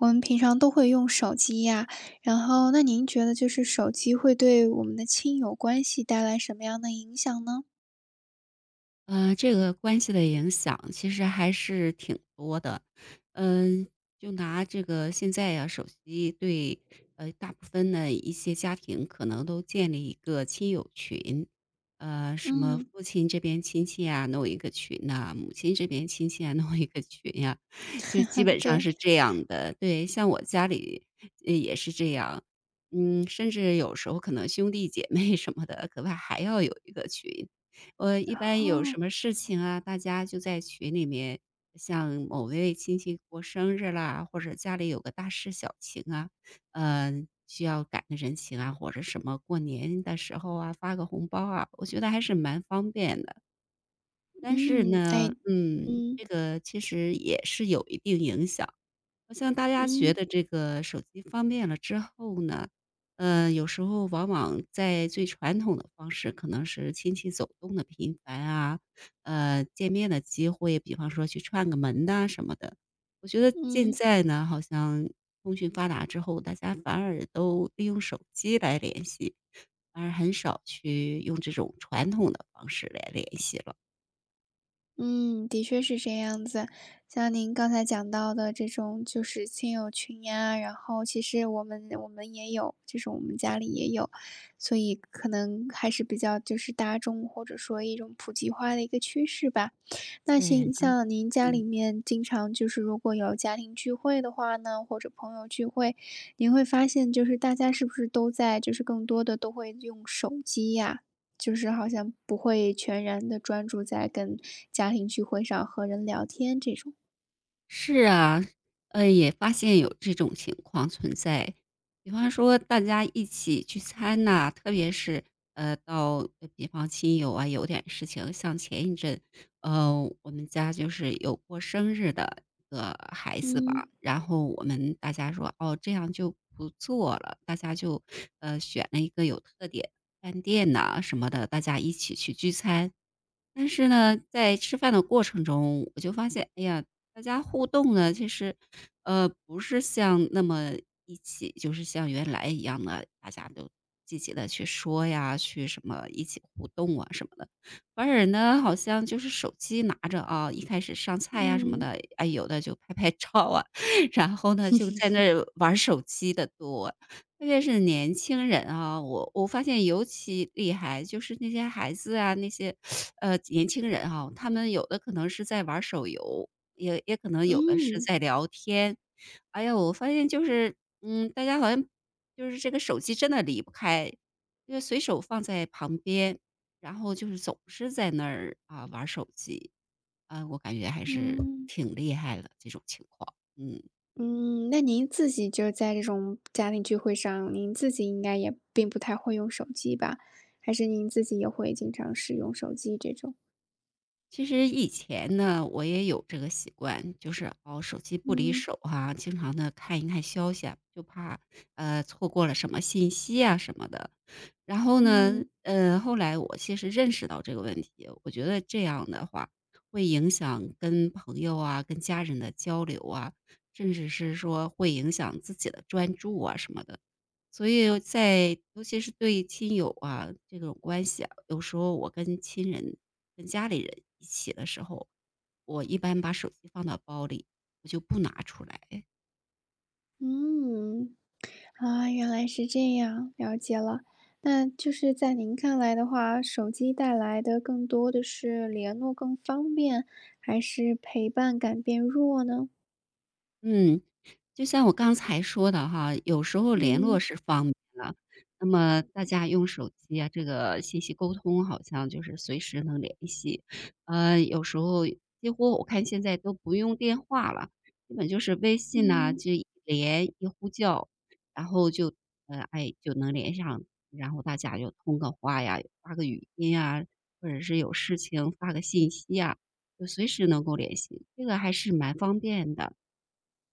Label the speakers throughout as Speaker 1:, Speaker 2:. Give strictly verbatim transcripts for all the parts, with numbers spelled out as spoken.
Speaker 1: 我们平常都会用手机呀，然后那您觉得就是手机会对我们的亲友关系带来什么样的影响呢？
Speaker 2: 呃，这个关系的影响其实还是挺多的。嗯，就拿这个现在呀，手机对呃大部分的一些家庭可能都建立一个亲友群，呃，什么
Speaker 1: 嗯，
Speaker 2: 父亲这边亲戚啊弄一个群呐、母亲这边亲戚啊弄一个群呀、就基本上
Speaker 1: 对，
Speaker 2: 是这样的。对，像我家里呃也是这样。嗯，甚至有时候可能兄弟姐妹什么的，格外还要有一个群，我一
Speaker 1: 然
Speaker 2: 般有什
Speaker 1: 后
Speaker 2: 么事情啊，大家就在群里面，像某位亲戚过生日啦，或者家里有个大事小情啊，呃，需要赶个人情啊，或者什么过年的时候啊，发个红包啊，我觉得还是蛮方便的。但是
Speaker 1: 嗯，
Speaker 2: 呢，
Speaker 1: 哎，
Speaker 2: 嗯，
Speaker 1: 嗯，
Speaker 2: 这个其实也是有一定影响。好像大家觉
Speaker 1: 嗯，
Speaker 2: 得这个手机方便了之后呢，呃，有时候往往在最传统的方式，可能是亲戚走动的频繁啊，呃，见面的机会，比方说去串个门呐、什么的。我觉得现
Speaker 1: 嗯，
Speaker 2: 在呢，好像通讯发达之后，大家反而都利用手机来联系，反而很少去用这种传统的方式来联系了。
Speaker 1: 嗯，的确是这样子。像您刚才讲到的这种就是亲友群呀，然后其实我们我们也有，就是我们家里也有，所以可能还是比较就是大众或者说一种普及化的一个趋势吧。那
Speaker 2: 对呀。
Speaker 1: 行，像您家里
Speaker 2: 嗯。
Speaker 1: 面经常就是如果有家庭聚会的话呢，或者朋友聚会，您会发现就是大家是不是都在就是更多的都会用手机呀？就是好像不会全然的专注在跟家庭聚会上和人聊天这种。
Speaker 2: 是啊，呃，也发现有这种情况存在。比方说大家一起聚餐呐，特别是，呃，到呃比方亲友啊，有点事情，像前一阵，呃，我们家就是有过生日的一个孩子
Speaker 1: 嗯，
Speaker 2: 吧，然后我们大家说："哦，这样就不做了。"大家就，呃，选了一个有特点饭店呐什么的，大家一起去聚餐。但是呢，在吃饭的过程中，我就发现，哎呀，大家互动呢，其实，呃，不是像那么一起，就是像原来一样的，大家都积极的去说呀，去什么一起互动啊什么的，反而呢，好像就是手机拿着啊，一开始上菜呀、什么
Speaker 1: 嗯，
Speaker 2: 的，哎，有的就拍拍照啊，然后呢，就在那儿玩手机的多，特别是年轻人啊，我我发现尤其厉害，就是那些孩子啊，那些呃，年轻人哈，他们有的可能是在玩儿手游，也也可能有的是
Speaker 1: 嗯，
Speaker 2: 在聊天。哎呀，我发现就是，嗯，大家好像就是这个手机真的离不开，因为随手放在旁边，然后就是总是在那儿啊玩儿手机，啊，我感觉还是
Speaker 1: 嗯，
Speaker 2: 挺厉害的这种情况，嗯。
Speaker 1: 嗯，那您自己就是在这种家庭聚会上，您自己应该也并不太会用手机吧？还是您自己也会经常使用手机这种？
Speaker 2: 其实以前呢，我也有这个习惯，就是哦，手机不离
Speaker 1: 嗯
Speaker 2: 手哈、经常的看一看消息啊，就怕呃错过了什么信息啊什么的。然后呢，
Speaker 1: 嗯
Speaker 2: 呃，后来我其实认识到这个问题，我觉得这样的话会影响跟朋友啊、跟家人的交流啊，甚至是说会影响自己的专注啊什么的。所以在尤其是对亲友啊，这种关系啊，有时候我跟亲人、跟家里人一起的时候，我一般把手机放到包里，我就不拿出来。
Speaker 1: 嗯，啊，原来是这样，了解了。那就是在您看来的话，手机带来的更多的是联络更方便，还是陪伴感变弱呢？
Speaker 2: 嗯，就像我刚才说的哈，有时候联络
Speaker 1: 嗯
Speaker 2: 是方便了，那么大家用手机啊，这个信息沟通好像就是随时能联系。呃，有时候几乎我看现在都不用电话了，基本就是微信呐，
Speaker 1: 嗯
Speaker 2: 就一连一呼叫，然后就呃，哎，就能连上，然后大家就通个话呀，发个语音啊，或者是有事情发个信息啊，就随时能够联系，这个还是蛮方便的。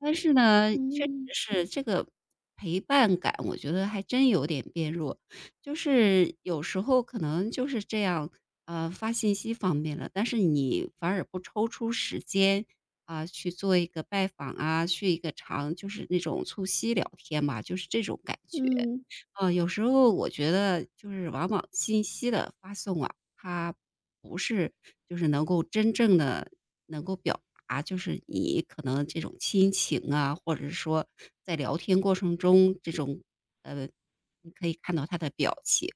Speaker 2: 但是呢，确
Speaker 1: 嗯
Speaker 2: 实是这个陪伴感，我觉得还真有点变弱。就是有时候可能就是这样，呃，发信息方便了，但是你反而不抽出时间啊，去做一个拜访啊，去一个长就是那种促膝聊天嘛，就是这种感觉。
Speaker 1: 嗯嗯
Speaker 2: 呃，有时候我觉得就是往往信息的发送啊，它不是就是能够真正的能够表达，就是你可能这种亲情啊，或者是说在聊天过程中这种呃，你可以看到他的表情，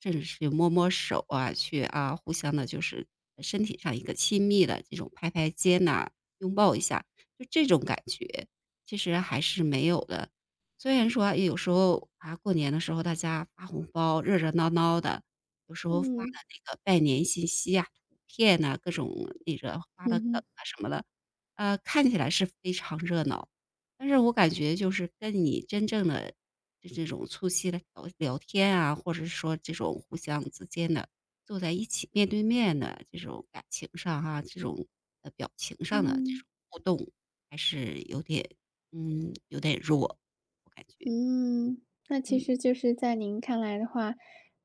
Speaker 2: 甚至是摸摸手啊，去啊，互相的，就是身体上一个亲密的这种拍拍肩呐，拥抱一下，就这种感觉其实还是没有的。虽然说有时候啊，过年的时候大家发红包热热闹闹的，有时候发
Speaker 1: 嗯
Speaker 2: 的
Speaker 1: 嗯。
Speaker 2: 那个拜年信息啊、图片呐、各种那个发的梗
Speaker 1: 嗯
Speaker 2: 啊什么的，呃，看起来是非常热闹，但是我感觉就是跟你真正的就这种促膝的聊聊天啊，或者是说这种互相之间的坐在一起面对面的这种感情上哈、这种呃表情上的这
Speaker 1: 嗯
Speaker 2: 种互动，还是有点嗯有点弱，我感觉
Speaker 1: 嗯，那其
Speaker 2: 嗯
Speaker 1: 实就是在您看来的话，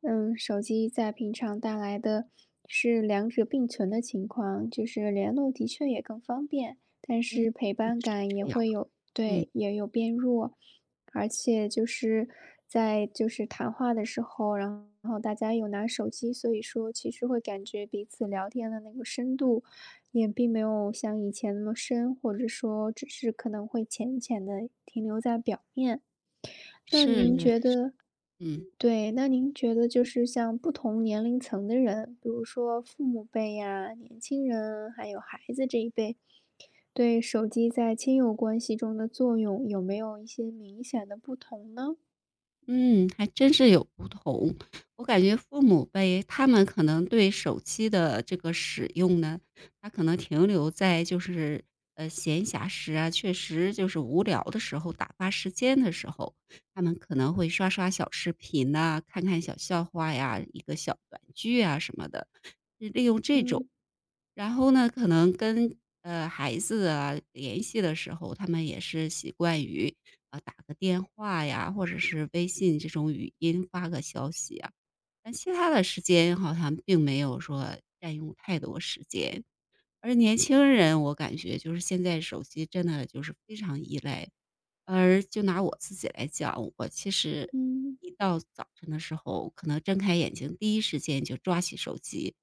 Speaker 1: 嗯，手机在平常带来的是两者并存的情况，就是联络的确也更方便，但是陪伴
Speaker 2: 是
Speaker 1: 感也
Speaker 2: 这样，
Speaker 1: 会有，
Speaker 2: 嗯
Speaker 1: 对，也有变弱，而且就是在就是谈话的时候，然后大家有拿手机，所以说其实会感觉彼此聊天的那个深度也并没有像以前那么深，或者说只是可能会浅浅的停留在表面。那您
Speaker 2: 是
Speaker 1: 觉得
Speaker 2: 嗯。
Speaker 1: 对，那您觉得就是像不同年龄层的人，比如说父母辈呀、年轻人，还有孩子这一辈，对手机在亲友关系中的作用有没有一些明显的不同呢？
Speaker 2: 嗯，还真是有不同。我感觉父母辈他们可能对手机的这个使用呢，他可能停留在就是呃闲暇时啊，确实就是无聊的时候、打发时间的时候，他们可能会刷刷小视频呐、看看小笑话呀、一个小短剧啊什么的，利用这种。
Speaker 1: 嗯
Speaker 2: 然后呢，可能跟呃孩子啊联系的时候，他们也是习惯于啊、呃打个电话呀，或者是微信这种语音发个消息啊。但其他的时间好像并没有说占用太多时间。而年轻人，我感觉就是现在手机真的就是非常依赖。而就拿我自己来讲，我其实
Speaker 1: 嗯
Speaker 2: 一到早晨的时候，可能睁开眼睛第一时间就抓起手机。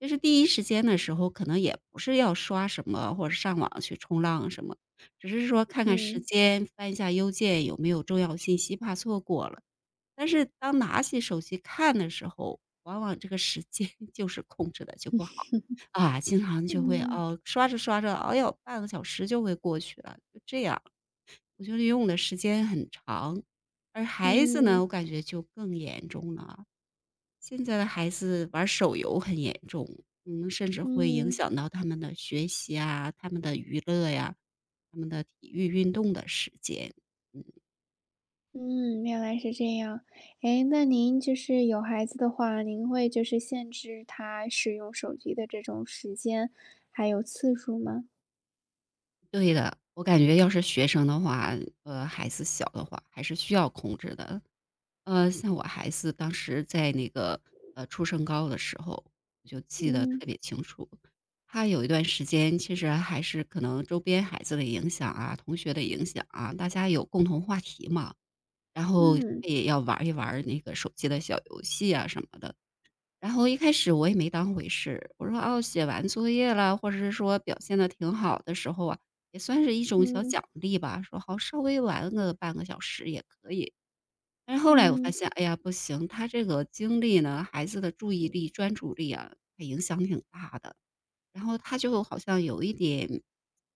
Speaker 2: 就是第一时间的时候，可能也不是要刷什么或者上网去冲浪什么，只是说看看时
Speaker 1: 嗯
Speaker 2: 间，翻一下邮件有没有重要信息，怕错过了。但是当拿起手机看的时候，往往这个时间 就是控制的就不好。啊，经常就会
Speaker 1: 嗯
Speaker 2: 哦，刷着刷着，哎呦，半个小时就会过去了，就这样，我觉得用的时间很长。而孩子呢，
Speaker 1: 嗯
Speaker 2: 我感觉就更严重了啊，现在的孩子玩手游很严重，嗯，甚至会影
Speaker 1: 嗯
Speaker 2: 响到他们的学习啊、他们的娱乐呀、他们的体育运动的时间。嗯，
Speaker 1: 嗯，原来是这样。哎，那您就是有孩子的话，您会就是限制他使用手机的这种时间还有次数吗？
Speaker 2: 对的，我感觉要是学生的话，呃，孩子小的话，还是需要控制的。呃，像我孩子当时在那个，呃，初升高的时候，我就记得
Speaker 1: 嗯。
Speaker 2: 特别清楚。他有一段时间其实还是可能周边孩子的影响啊，同学的影响啊，大家有共同话题嘛，然后他
Speaker 1: 嗯
Speaker 2: 也要玩一玩那个手机的小游戏啊什么的。然后一开始我也没当回事，我说："哦，写完作业了，或者是说表现的挺好的时候啊，也算是一种小
Speaker 1: 嗯
Speaker 2: 奖励吧。"说："好，稍微玩个半个小时也可以。"但是后来我发
Speaker 1: 嗯
Speaker 2: 现，哎呀，不行，他这个精力呢，孩子的注意力、专注力啊，他影响挺大的。然后他就好像有一点，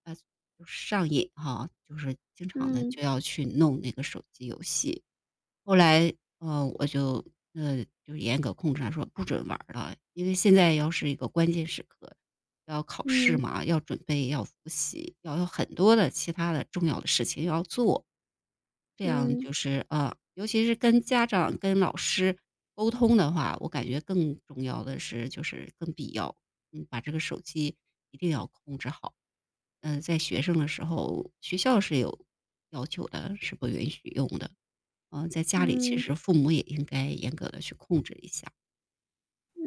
Speaker 2: 呃，就是上瘾哈、就是经常的
Speaker 1: 嗯
Speaker 2: 就要去弄那个手机游戏。后来，呃，我就呃就严格控制他说不准玩儿了，因为现在要是一个关键时刻，要考试
Speaker 1: 嗯嗯
Speaker 2: 嘛，要准备，要复习，要有很多的其他的重要的事情要做。这样
Speaker 1: 嗯
Speaker 2: 就是啊，尤其是跟家长、跟老师沟通的话，我感觉更重要的是，就是更必要，嗯，把这个手机一定要控制好。嗯，在学生的时候，学校是有要求的，是不允许用的。嗯、在家里其
Speaker 1: 嗯
Speaker 2: 实父母也应该严格的去控制一下。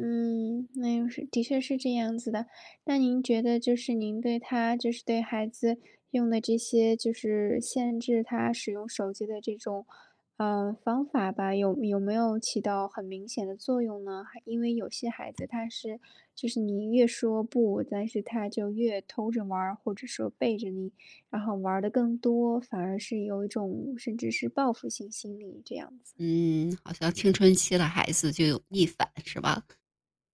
Speaker 1: 嗯，那又是的确是这样子的。那您觉得就是您对他就是对孩子用的这些就是限制他使用手机的这种，呃，方法吧，有有没有起到很明显的作用呢？还因为有些孩子他是就是你越说不，但是他就越偷着玩儿，或者说背着你，然后玩的更多，反而是有一种甚至是报复性心理这样子。
Speaker 2: 嗯，好像青春期的孩子就有逆反，是吧？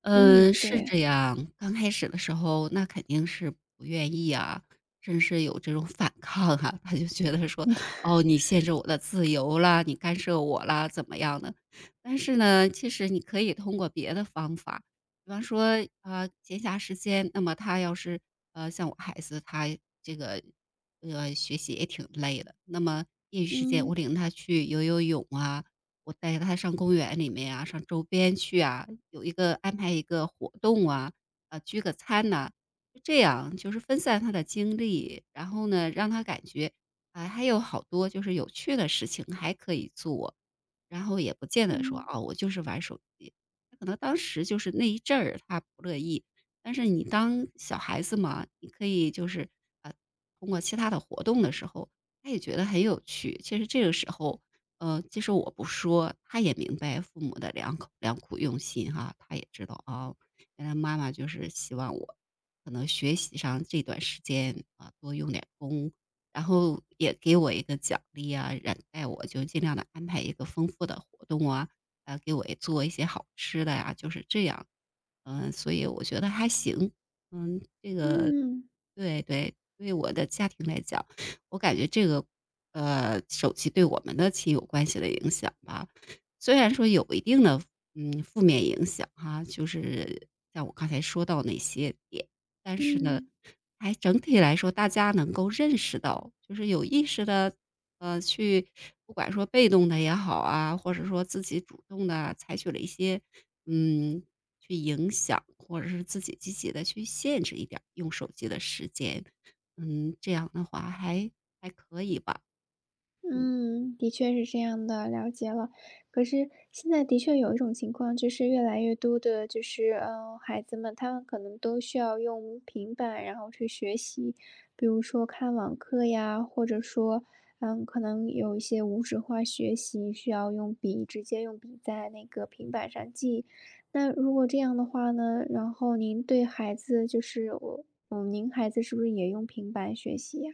Speaker 2: 嗯，
Speaker 1: 嗯，
Speaker 2: 是
Speaker 1: 对，
Speaker 2: 这样。刚开始的时候，那肯定是不愿意啊，甚至有这种反抗啊。他就觉得说：“哦，你限制我的自由啦，你干涉我啦，怎么样的？”但是呢，其实你可以通过别的方法，比方说，呃，闲暇时间，那么他要是呃，像我孩子，他这个，呃，学习也挺累的，那么业余时间
Speaker 1: 嗯，
Speaker 2: 我领他去游游泳啊，我带他上公园里面啊，上周边去啊，有一个安排一个活动啊，啊聚个餐呐、就这样，就是分散他的精力，然后呢，让他感觉啊，还有好多就是有趣的事情还可以做，然后也不见
Speaker 1: 嗯，
Speaker 2: 得说
Speaker 1: 嗯。
Speaker 2: 哦，我就是玩手机。他可能当时就是那一阵儿他不乐意，但是你当小孩子嘛，你可以就是，呃，通过其他的活动的时候，他也觉得很有趣。其实这个时候，呃，其实我不说，他也明白父母的良苦良苦用心哈，他也知道啊，原来妈妈就是希望我可能学习上这段时间啊多用点功，然后也给我一个奖励啊，然带我就尽量的安排一个丰富的活动啊，呃，给我也做一些好吃的呀、就是这样。嗯、所以我觉得还行，嗯，这个
Speaker 1: 嗯
Speaker 2: 对对，对我的家庭来讲，我感觉这个，呃，手机对我们的亲友关系的影响吧，虽然说有一定的，嗯，负面影响哈，就是像我刚才说到那些点，但是呢，
Speaker 1: 嗯，
Speaker 2: 还整体来说，大家能够认识到，就是有意识的，呃，去不管说被动的也好啊，或者说自己主动的采取了一些，嗯，去影响，或者是自己积极的去限制一点儿用手机的时间。嗯，这样的话还还可以吧。
Speaker 1: 嗯，的确是这样的，了解了。可是现在的确有一种情况，就是越来越多的，就是嗯呃，孩子们他们可能都需要用平板，然后去学习，比如说看网课呀，或者说，嗯，可能有一些无纸化学习需要用笔，直接用笔在那个平板上记。那如果这样的话呢，然后您对孩子就是我，嗯，您孩子是不是也用平板学习呀？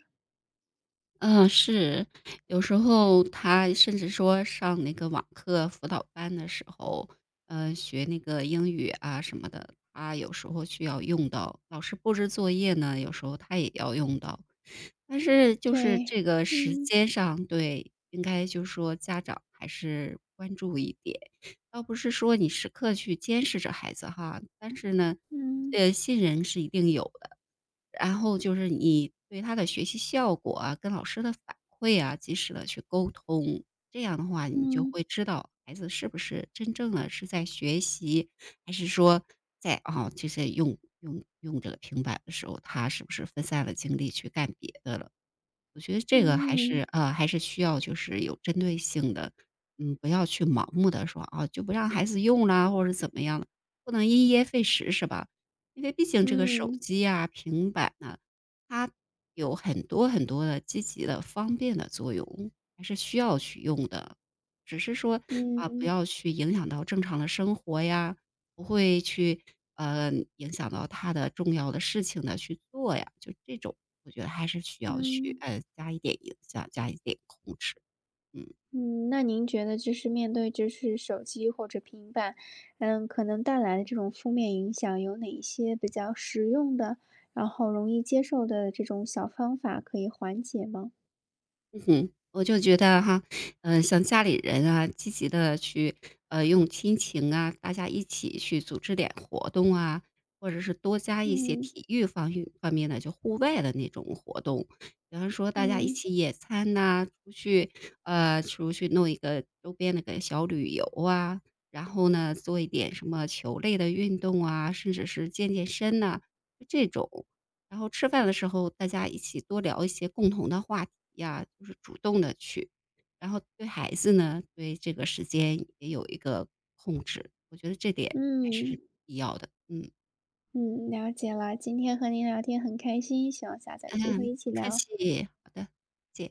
Speaker 2: 嗯，是，有时候他甚至说上那个网课辅导班的时候，呃，学那个英语啊什么的，他有时候需要用到，老师布置作业呢，有时候他也要用到。但是就是这
Speaker 1: 对，
Speaker 2: 个时
Speaker 1: 嗯。
Speaker 2: 间上，对，应该就说家长还是关注一点，倒不是说你时刻去监视着孩子哈，但是呢，
Speaker 1: 嗯
Speaker 2: 呃，信任是一定有的。然后就是你对他的学习效果啊，跟老师的反馈啊，及时的去沟通，这样的话你就
Speaker 1: 嗯
Speaker 2: 会知道孩子是不是真正的是在学习，还是说在啊，就是用用用这个平板的时候，他是不是分散了精力去干别的了。我觉得这个还是，
Speaker 1: 嗯
Speaker 2: 呃，还是需要就是有针对性的，嗯，不要去盲目的说，啊，就不让孩子用啦，或者怎么样的不能因噎废食是吧？因为毕竟这个手
Speaker 1: 嗯
Speaker 2: 机呀、平板呢，它有很多很多的积极的、方便的作用，还是需要去用的。只是说，啊，不
Speaker 1: 嗯
Speaker 2: 要去影响到正常的生活呀，不会去，呃，影响到他的重要的事情的去做呀，就这种。我觉得还是需要去，
Speaker 1: 嗯
Speaker 2: 呃，加一点影响，加一点控制。嗯
Speaker 1: 嗯，那您觉得就是面对就是手机或者平板，嗯，可能带来的这种负面影响有哪一些比较实用的，然后容易接受的这种小方法可以缓解吗？
Speaker 2: 哼，我就觉得哈，嗯，像家里人啊，积极的去，呃，用亲情啊，大家一起去组织点活动啊，或者是多加一些
Speaker 1: 嗯
Speaker 2: 体育方面方面的，就户外的那种活动。比方说大家一
Speaker 1: 嗯
Speaker 2: 起野餐呐，出去，呃，出去弄一个周边那个小旅游啊，然后呢，做一点什么球类的运动啊，甚至是健健身呐，就这种。然后吃饭的时候，大家一起多聊一些共同的话题呀，就是主动的去。然后对孩子呢，对这个时间也有一个控制，我觉得这点还
Speaker 1: 嗯
Speaker 2: 是必要的。嗯，
Speaker 1: 嗯，了解了。今天和您聊天很开心，希望下次有机会
Speaker 2: 嗯，
Speaker 1: 一
Speaker 2: 不
Speaker 1: 起
Speaker 2: 客
Speaker 1: 聊。
Speaker 2: 气，好的，谢谢。